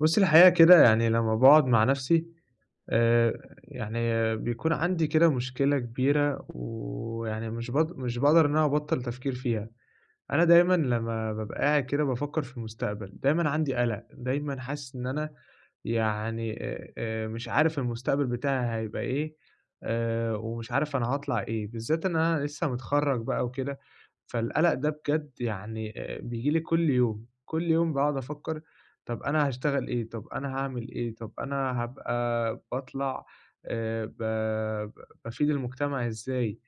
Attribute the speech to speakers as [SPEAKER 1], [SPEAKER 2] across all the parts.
[SPEAKER 1] بُصّي الحقيقة كده يعني لمّا باقعد مع نَفْسي آآ، يعني بيكون عندي كده مشكلة كبيرة ويعني مش باقدر إن أنا أبطّل تفكير فيها. أنا دايمًا لمّا بابقى قاعد كده بافكّر في المستقبل، دايمًا عندي قَلَق، دايمًا حاسس إن أنا يعني مش عارف المستقبل بتاعي هيبقى إيه، ومش عارف أنا هاطلع إيه، بالذات إن أنا لسه متخرّج بقى وكده، فالقَلَق ده بجد يعني بييجي لي كل يوم، كل يوم باقعد أفكّر طَب أنا هاشتغل إيه، طَب أنا هاعمل إيه، طَب أنا هابقى باطلع ب ب بافيد المجتمع إزاي؟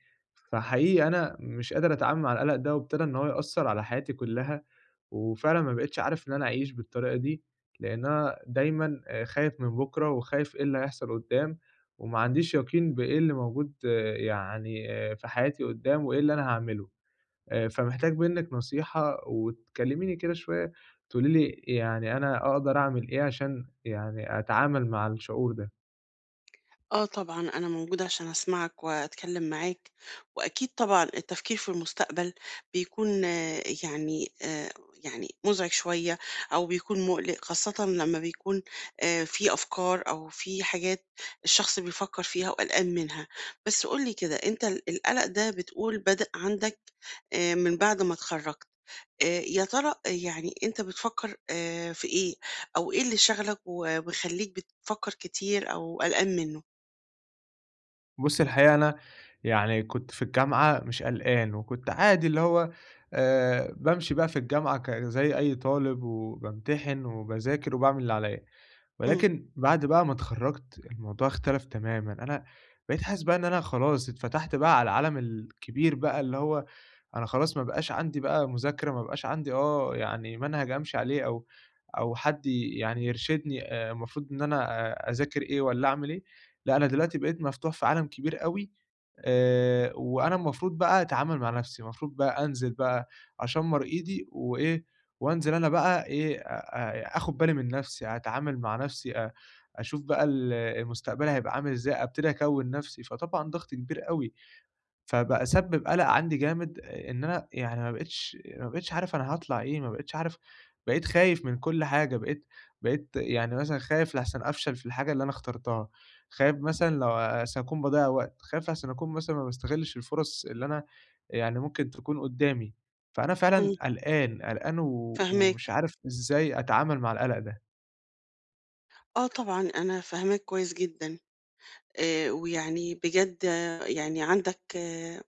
[SPEAKER 1] فحقيقي أنا مش قادر أتعامل مع القلق ده، وابتدى إن هو يأثّر على حياتي كلّها، وفعلًا ما بقيتش عارف إن أنا أعيش بالطريقة دي، لإن أنا دايمًا خايف من بُكرة، وخايف إيه اللي هيحصل قدّام، وما عنديش يقين بإيه اللي موجود يعني في حياتي قدّام، وإيه اللي أنا هاعمله. فمحتاج منِّك نصيحة، وتكلّميني كده شوية تقولي لي يعني أنا أقدر أعمل إيه عشان يعني أتعامل مع الشعور ده؟
[SPEAKER 2] آه طبعًا، أنا موجودة عشان أسمعك وأتكلم معاك، وأكيد طبعًا التفكير في المستقبل بيكون يعني يعني مُزعج شوية أو بيكون مُقلق، خاصةً لمّا بيكون في أفكار أو في حاجات الشخص بيفكر فيها وقلقان منها. بس قُل لي كده، أنت القلق ده بتقول بدأ عندك من بعد ما اتخرجت، يا ترى يعني أنت بتفكر في إيه؟ أو إيه اللي شاغلك ومخلّيك بتفكر كتير أو قلقان منه؟
[SPEAKER 1] بُصّي الحقيقة أنا يعني كنت في الجامعة مش قلقان، وكنت عادي اللي هو بامشي بقى في الجامعة زي أي طالب، وبامتحن وباذاكر وباعمل اللي عليّا.
[SPEAKER 2] إمم.
[SPEAKER 1] ولكن بعد بقى ما اتخرّجت الموضوع اختلف تمامًا، أنا بقيت حاسس بقى إن أنا خلاص اتفتحت بقى على العالم الكبير بقى، اللي هو أنا خلاص ما بقاش عندي بقى مذاكرة، ما بقاش عندي يعني منهج أمشي عليه أو حد يعني يرشدني المفروض إن أنا أذاكر إيه والّا أعمل إيه، لأ أنا دلوقتي بقيت مفتوح في عالم كبير أوي وأنا المفروض بقى أتعامل مع نَفْسي، المفروض بقى أنزل بقى أشمّر إيدي وإيه، وأنزل أنا بقى إيه، آخُد بالي من نَفْسي، أتعامل مع نَفْسي، أشوف بقى المستقبل هيبقى عامل إزاي، أبتدي أكوِّن نَفْسي، فطبعًا ضغط كبير أوي. فبقى سبِّب قَلَق عندي جامد إن أنا يعني ما بقيتش عارف أنا هاطلع إيه، ما بقيتش عارف بقيت خايف من كل حاجة، بقيت يعني مثلًا خايف لأحسن أفشل في الحاجة اللي أنا اخترتها، خايف مثلًا لو أصل هاكون باضيّع وقت، خايف أحسن أكون مثلًا ما باستغلّش الفُرَص اللي أنا يعني ممكن تكون قُدّامي، فأنا فعلًا
[SPEAKER 2] إمم،
[SPEAKER 1] قلقان، قلقان و ومش
[SPEAKER 2] فاهماك.
[SPEAKER 1] عارف إزاي أتعامل مع القَلَق ده.
[SPEAKER 2] آه طبعًا، أنا فاهماك كويس جدًا، ويعني بجد يعني عندك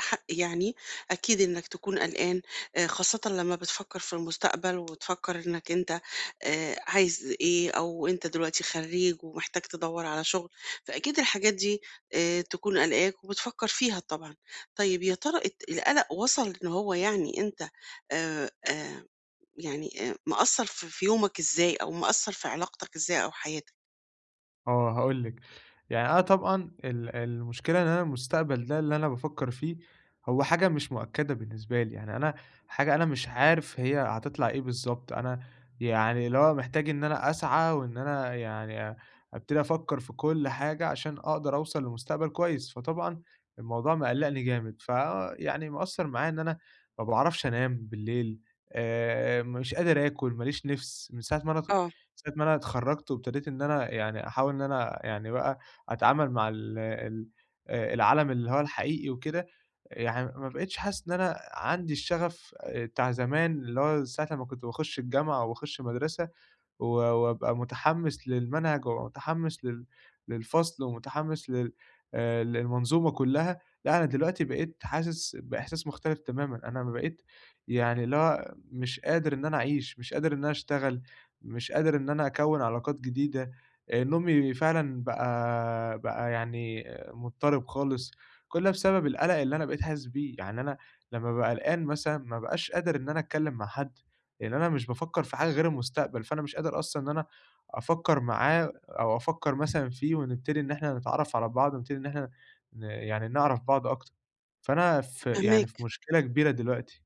[SPEAKER 2] حق يعني أكيد إنك تكون قلقان، خاصةً لمّا بتفكّر في المستقبل وتفكّر إنك أنت عايز إيه أو أنت دلوقتي خرّيج ومحتاج تدوّر على شغل، فأكيد الحاجات دي تكون قالقاك وبتفكّر فيها طبعًا. طيب يا ترى القلق وصل إن هو يعني أنت آآ، آآ يعني مأثّر في يومك إزاي أو مأثّر في علاقتك إزاي أو حياتك؟
[SPEAKER 1] آه، هاقول لِك، يعني أنا طبعًا المشكلة إن أنا المستقبل ده اللي أنا بافكّر فيه، هو حاجة مش مؤكدة بالنسبة لي، يعني أنا حاجة أنا مش عارف هي هتطلع إيه بالضبط، أنا يعني اللي هو محتاج إن أنا أسعى وإن أنا يعني أبتدي أفكّر في كل حاجة عشان أقدر أوصل لمستقبل كويس، فطبعًا الموضوع مقلّقني جامد، فيعني مأثّر معايا إن أنا ما باعرفش أنام بالليل، مش قادر آكل، ما ليش نِفْس من
[SPEAKER 2] آه.
[SPEAKER 1] ساعة ما أنا اتخرّجت وابتديت إن أنا يعني أحاول إن أنا يعني بقى أتعامل مع ال ال العالم اللي هو الحقيقي وكده، يعني ما بقيتش حاسس إن أنا عندي الشغف بتاع زمان، اللي هو ساعة لمّا كنت باخُش الجامعة أو باخُش مدرسة و وأبقى متحمّس للمنهج ومتحمّس للفصل ومتحمّس لل للمنظومة كُلّها، لأ أنا دلوقتي بقيت حاسس بإحساس مختلف تمامًا، أنا بقيت يعني اللي هو مش قادر إن أنا أعيش، مش قادر إن أنا أشتغل، مش قادر إن أنا أكوّن علاقات جديدة، نومي فعلًا بقى يعني مضطرب خالص، كُل ده بسبب القَلَق اللي أنا بقيت حاسس بيه، يعني أنا لمّا بابقى قلقان مثلًا ما بابقاش قادر إن أنا أتكلّم مع حد. لإن أنا مش بافكّر في حاجة غير المستقبل، فأنا مش قادر أصلًا إن أنا أفكّر معاه أو أفكّر مثلًا فيه ونبتدي إن إحنا نتعرّف على بعض ونبتدي إن إحنا يعني نعرف بعض أكتر، فأنا في
[SPEAKER 2] فاهماك.
[SPEAKER 1] مشكلة كبيرة دلوقتي.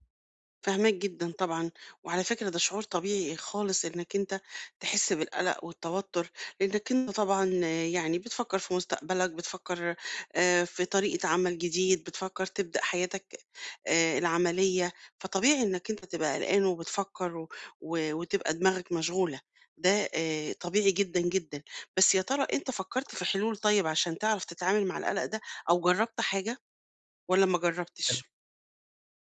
[SPEAKER 2] فاهماك جدًا طبعًا، وعلى فكرة ده شعور طبيعي خالص إنك أنت تحس بالقلق والتوتر، لإنك أنت طبعًا يعني بتفكّر في مستقبلك، بتفكّر في طريقة عمل جديد، بتفكّر تبدأ حياتك العملية، فطبيعي إنك أنت تبقى قلقان وبتفكّر و و وتبقى دماغك مشغولة، ده طبيعي جدًا، جدًا. بس يا ترى أنت فكّرت في حلول طيب عشان تعرف تتعامل مع القلق ده أو جرّبت حاجة والّا ما جرّبتش؟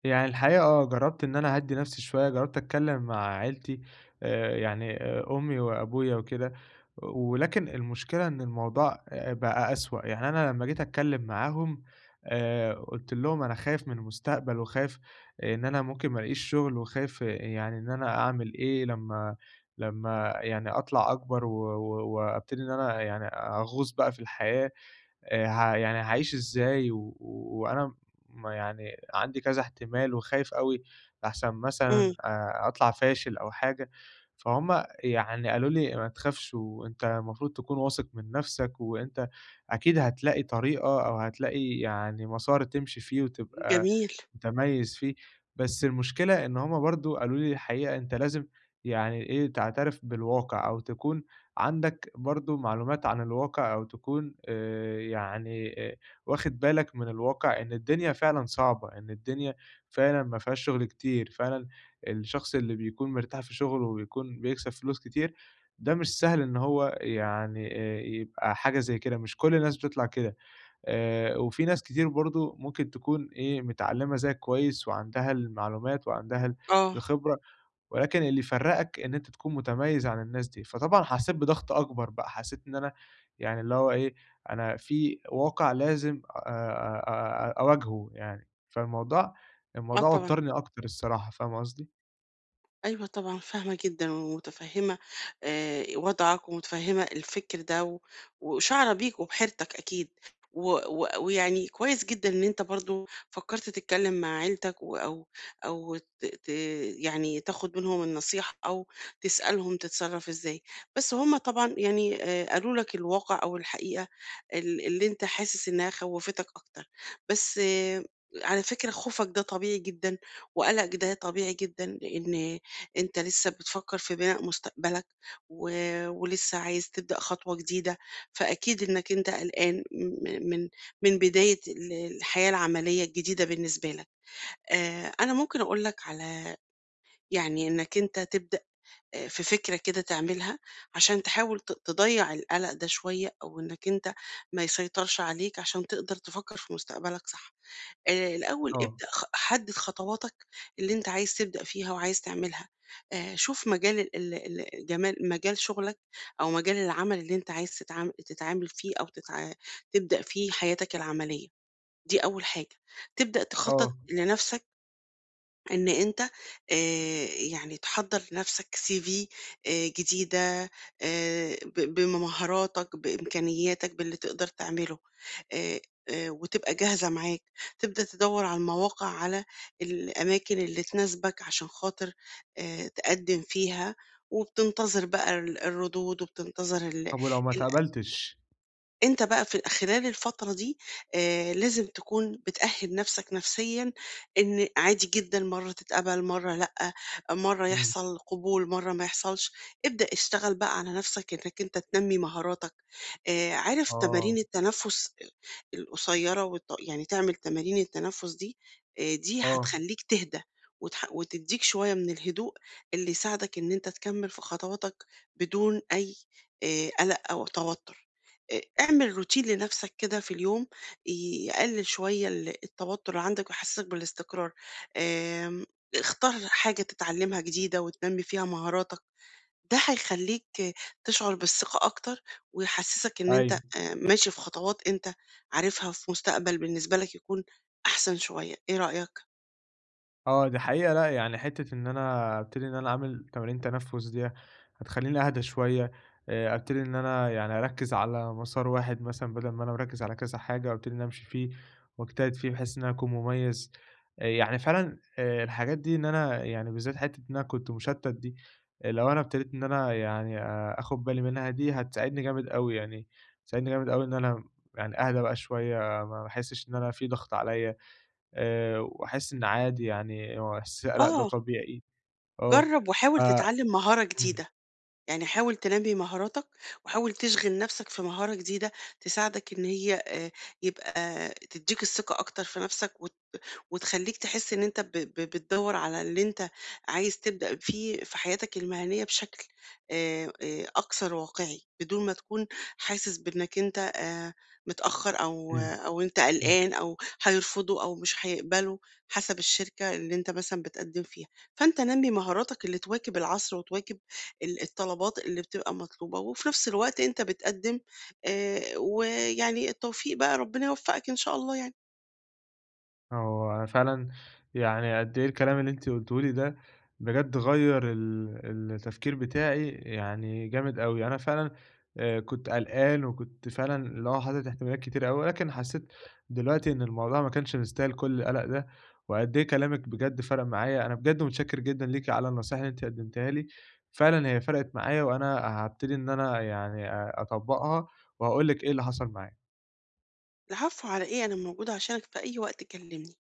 [SPEAKER 1] يعني الحقيقة جرّبت إن أنا أهدّي نَفْسي شوية، جرّبت أتكلّم مع عيلتي يعني أمي وأبويا وكده، ولكن المشكلة إن الموضوع بقى أسوأ، يعني أنا لمّا جيت أتكلّم معاهم قُلت لهم أنا خايف من المستقبل وخايف إن أنا ممكن ما ألاقيش شُغل وخايف يعني إن أنا أعمل إيه لمّا يعني أطلع أكبر و و وأبتدي إن أنا يعني أغوص بقى في الحياة. ه يعني هاعيش إزاي وأنا ما يعني عندي كذا احتمال وخايف أوي لأحسن
[SPEAKER 2] إمم،
[SPEAKER 1] مثلًا أطلع فاشل أو حاجة، فهُم يعني قالوا لي: "ما تخافش وأنت المفروض تكون واثق من نَفْسك، وأنت أكيد هتلاقي طريقة أو هتلاقي يعني مسار تمشي فيه وتبقى
[SPEAKER 2] جميل.
[SPEAKER 1] متميّز فيه." بس المشكلة إن هُم برضه قالوا لي الحقيقة أنت لازم يعني إيه، تعترف بالواقع أو تكون عندك برضه معلومات عن الواقع أو تكون يعني واخد بالك من الواقع إن الدنيا فعلًا صعبة، إن الدنيا فعلًا ما فيهاش شغل كتير، فعلًا الشخص اللي بيكون مرتاح في شغله وبيكون بيكسب فلوس كتير، ده مش سهل إن هو يعني يبقى حاجة زي كده، مش كل الناس بتطلع كده. وفي ناس كتير برضه ممكن تكون إيه، متعلّمة زيّك كويس وعندها المعلومات وعندها ال
[SPEAKER 2] آه،
[SPEAKER 1] الخبرة ولكن اللي يفرّقك إن أنت تكون متميّز عن الناس دي، فطبعًا حسّيت بضغط أكبر بقى، حسّيت إن أنا يعني اللي هو إيه، أنا في واقع لازم أواجهه يعني، فالموضوع
[SPEAKER 2] آه
[SPEAKER 1] الموضوع
[SPEAKER 2] طبعًا.
[SPEAKER 1] وتّرني أكتر الصراحة، فاهم قصدي؟
[SPEAKER 2] أيوه طبعًا فاهمة جدًا ومتفهّمة وضعك ومتفهّمة الفكر ده و وشاعرة بيك وبحيرتك أكيد، و و ويعني كويس جدًا إن أنت برضه فكّرت تتكلّم مع عيلتك و أو أو ت ت يعني تاخُد منهم النصيحة أو تسألهم تتصرّف إزاي، بس هم طبعًا يعني قالوا لك الواقع أو الحقيقة اللي أنت حاسس إنها خوّفتك أكتر، بس على فكرة خوفك ده طبيعي جدًا وقلقك ده طبيعي جدًا، لإن أنت لسه بتفكّر في بناء مستقبلك و ولسه عايز تبدأ خطوة جديدة، فأكيد إنّك أنت قلقان م من من بداية الحياة العملية الجديدة بالنسبة لك. أنا ممكن أقول لك على يعني إنّك أنت تبدأ في فكرة كده تعملها عشان تحاول تضيّع القلق ده شوية أو إنّك أنت ما يسيطرش عليك عشان تقدر تفكّر في مستقبلك صح. الأول
[SPEAKER 1] آه،
[SPEAKER 2] ابدأ حدِّد خطواتك اللي أنت عايز تبدأ فيها وعايز تعملها، شوف مجال ال ال ال- جمال مجال شغلك أو مجال العمل اللي أنت عايز تتعامل فيه أو تبدأ فيه حياتك العملية، دي أول حاجة. تبدأ تخطط
[SPEAKER 1] آه،
[SPEAKER 2] لنفسك إن أنت يعني تحضّر لنَفْسك CV جديدة ب بمهاراتك، بإمكانياتك، باللي تقدر تعمله آآ وتبقى جاهزة معاك، تبدأ تدوّر على المواقع، على الأماكن اللي تناسبك عشان خاطر تقدّم فيها وبتنتظر بقى الردود وبتنتظر.
[SPEAKER 1] طب ولو ما اتقبلتش؟
[SPEAKER 2] أنت بقى في خلال الفترة دي لازم تكون بتأهِّل نَفْسك نفسيًا إن عادي جدًا مرّة تتقبل، مرّة لأ، مرّة
[SPEAKER 1] إمم،
[SPEAKER 2] يحصل قبول، مرّة ما يحصلش. ابدأ اشتغل بقى على نَفْسك إنّك أنت تنمّي مهاراتك. عارف تمارين
[SPEAKER 1] آه،
[SPEAKER 2] التنفُّس القصيّرة يعني تعمل تمارين التنفُّس دي. دي
[SPEAKER 1] آه،
[SPEAKER 2] هتخلّيك تهدى وتدّيك شوية من الهدوء اللي يساعدك إن أنت تكمّل في خطواتك بدون أي قلق أو توتُّر. اعمل روتين لنفسك كده في اليوم يقلل شوية التوتر اللي عندك ويحسسك بالاستقرار. آمم، اختار حاجة تتعلمها جديدة وتنمي فيها مهاراتك، ده هيخليك تشعر بالثقة أكتر، ويحسسك إن أنت
[SPEAKER 1] أيوه.
[SPEAKER 2] ماشي في خطوات أنت عارفها في مستقبل بالنسبة لك يكون أحسن شوية، إيه رأيك؟
[SPEAKER 1] آه، دي حقيقة لأ، يعني حتّة إن أنا أبتدي إن أنا أعمل تمارين تنفُّس ديّة هتخلّيني أهدى شوية، أبتدي إن أنا يعني أركّز على مسار واحد مثلًا بدل ما أنا مركّز على كذا حاجة، وأبتدي إن أنا أمشي فيه وأجتهد فيه بحيث إن أنا أكون مميّز. يعني فعلًا الحاجات دي إن أنا يعني بالذات حتّة إن أنا كنت مشتّت دي، لو أنا ابتديت إن أنا يعني آخُد بالي منها دي هتساعدني جامد أوي يعني، هتساعدني جامد أوي إن أنا يعني أهدى بقى شوية، ما باحسّش إن أنا في ضغط عليّا. وأحس إن عادي يعني هو إحساس القلق ده
[SPEAKER 2] آه،
[SPEAKER 1] طبيعي، آه،
[SPEAKER 2] جرّب
[SPEAKER 1] ف
[SPEAKER 2] وحاول تتعلم مهارة
[SPEAKER 1] إمم،
[SPEAKER 2] جديدة. يعني حاول تنمي مهاراتك وحاول تشغل نفسك في مهارة جديدة تساعدك إن هي يبقى تديك الثقة أكتر في نفسك وتخلّيك تحس إن أنت ب ب بتدوّر على اللي أنت عايز تبدأ فيه في حياتك المهنية بشكل أكثر واقعي، بدون ما تكون حاسس بإنك أنت متأخّر أو
[SPEAKER 1] إمم،
[SPEAKER 2] أو أنت
[SPEAKER 1] إمم.
[SPEAKER 2] قلقان أو هيرفضوا أو مش هيقبلوا حسب الشركة اللي أنت مثلًا بتقدّم فيها. فأنت نمّي مهاراتك اللي تواكب العصر وتواكب الطلبات اللي بتبقى مطلوبة، وفي نفس الوقت أنت بتقدّم ويعني التوفيق بقى ربنا يوفقك إن شاء الله يعني.
[SPEAKER 1] هو فعلًا يعني قد إيه الكلام اللي أنتِ قُلتيه لي ده بجد غيّر التفكير بتاعي يعني جامد أوي، أنا فعلًا كنت قلقان وكنت فعلًا اللي هو حاطط احتمالات كتيرة أوي، ولكن حسّيت دلوقتي إن الموضوع ما كانش مستاهل كل القلق ده، وقد إيه كلامِك بجد فرَق معايا، أنا بجد متشكر جدًا ليكِ على النصايح اللي أنتِ قدّمتيها لي، فعلًا هي فرقت معايا وأنا هابتدي إن أنا يعني أطبّقها وهاقول لِك إيه اللي حصل معايا.
[SPEAKER 2] العفو على إيه؟ أنا موجودة عشانك في أي وقت كلمني.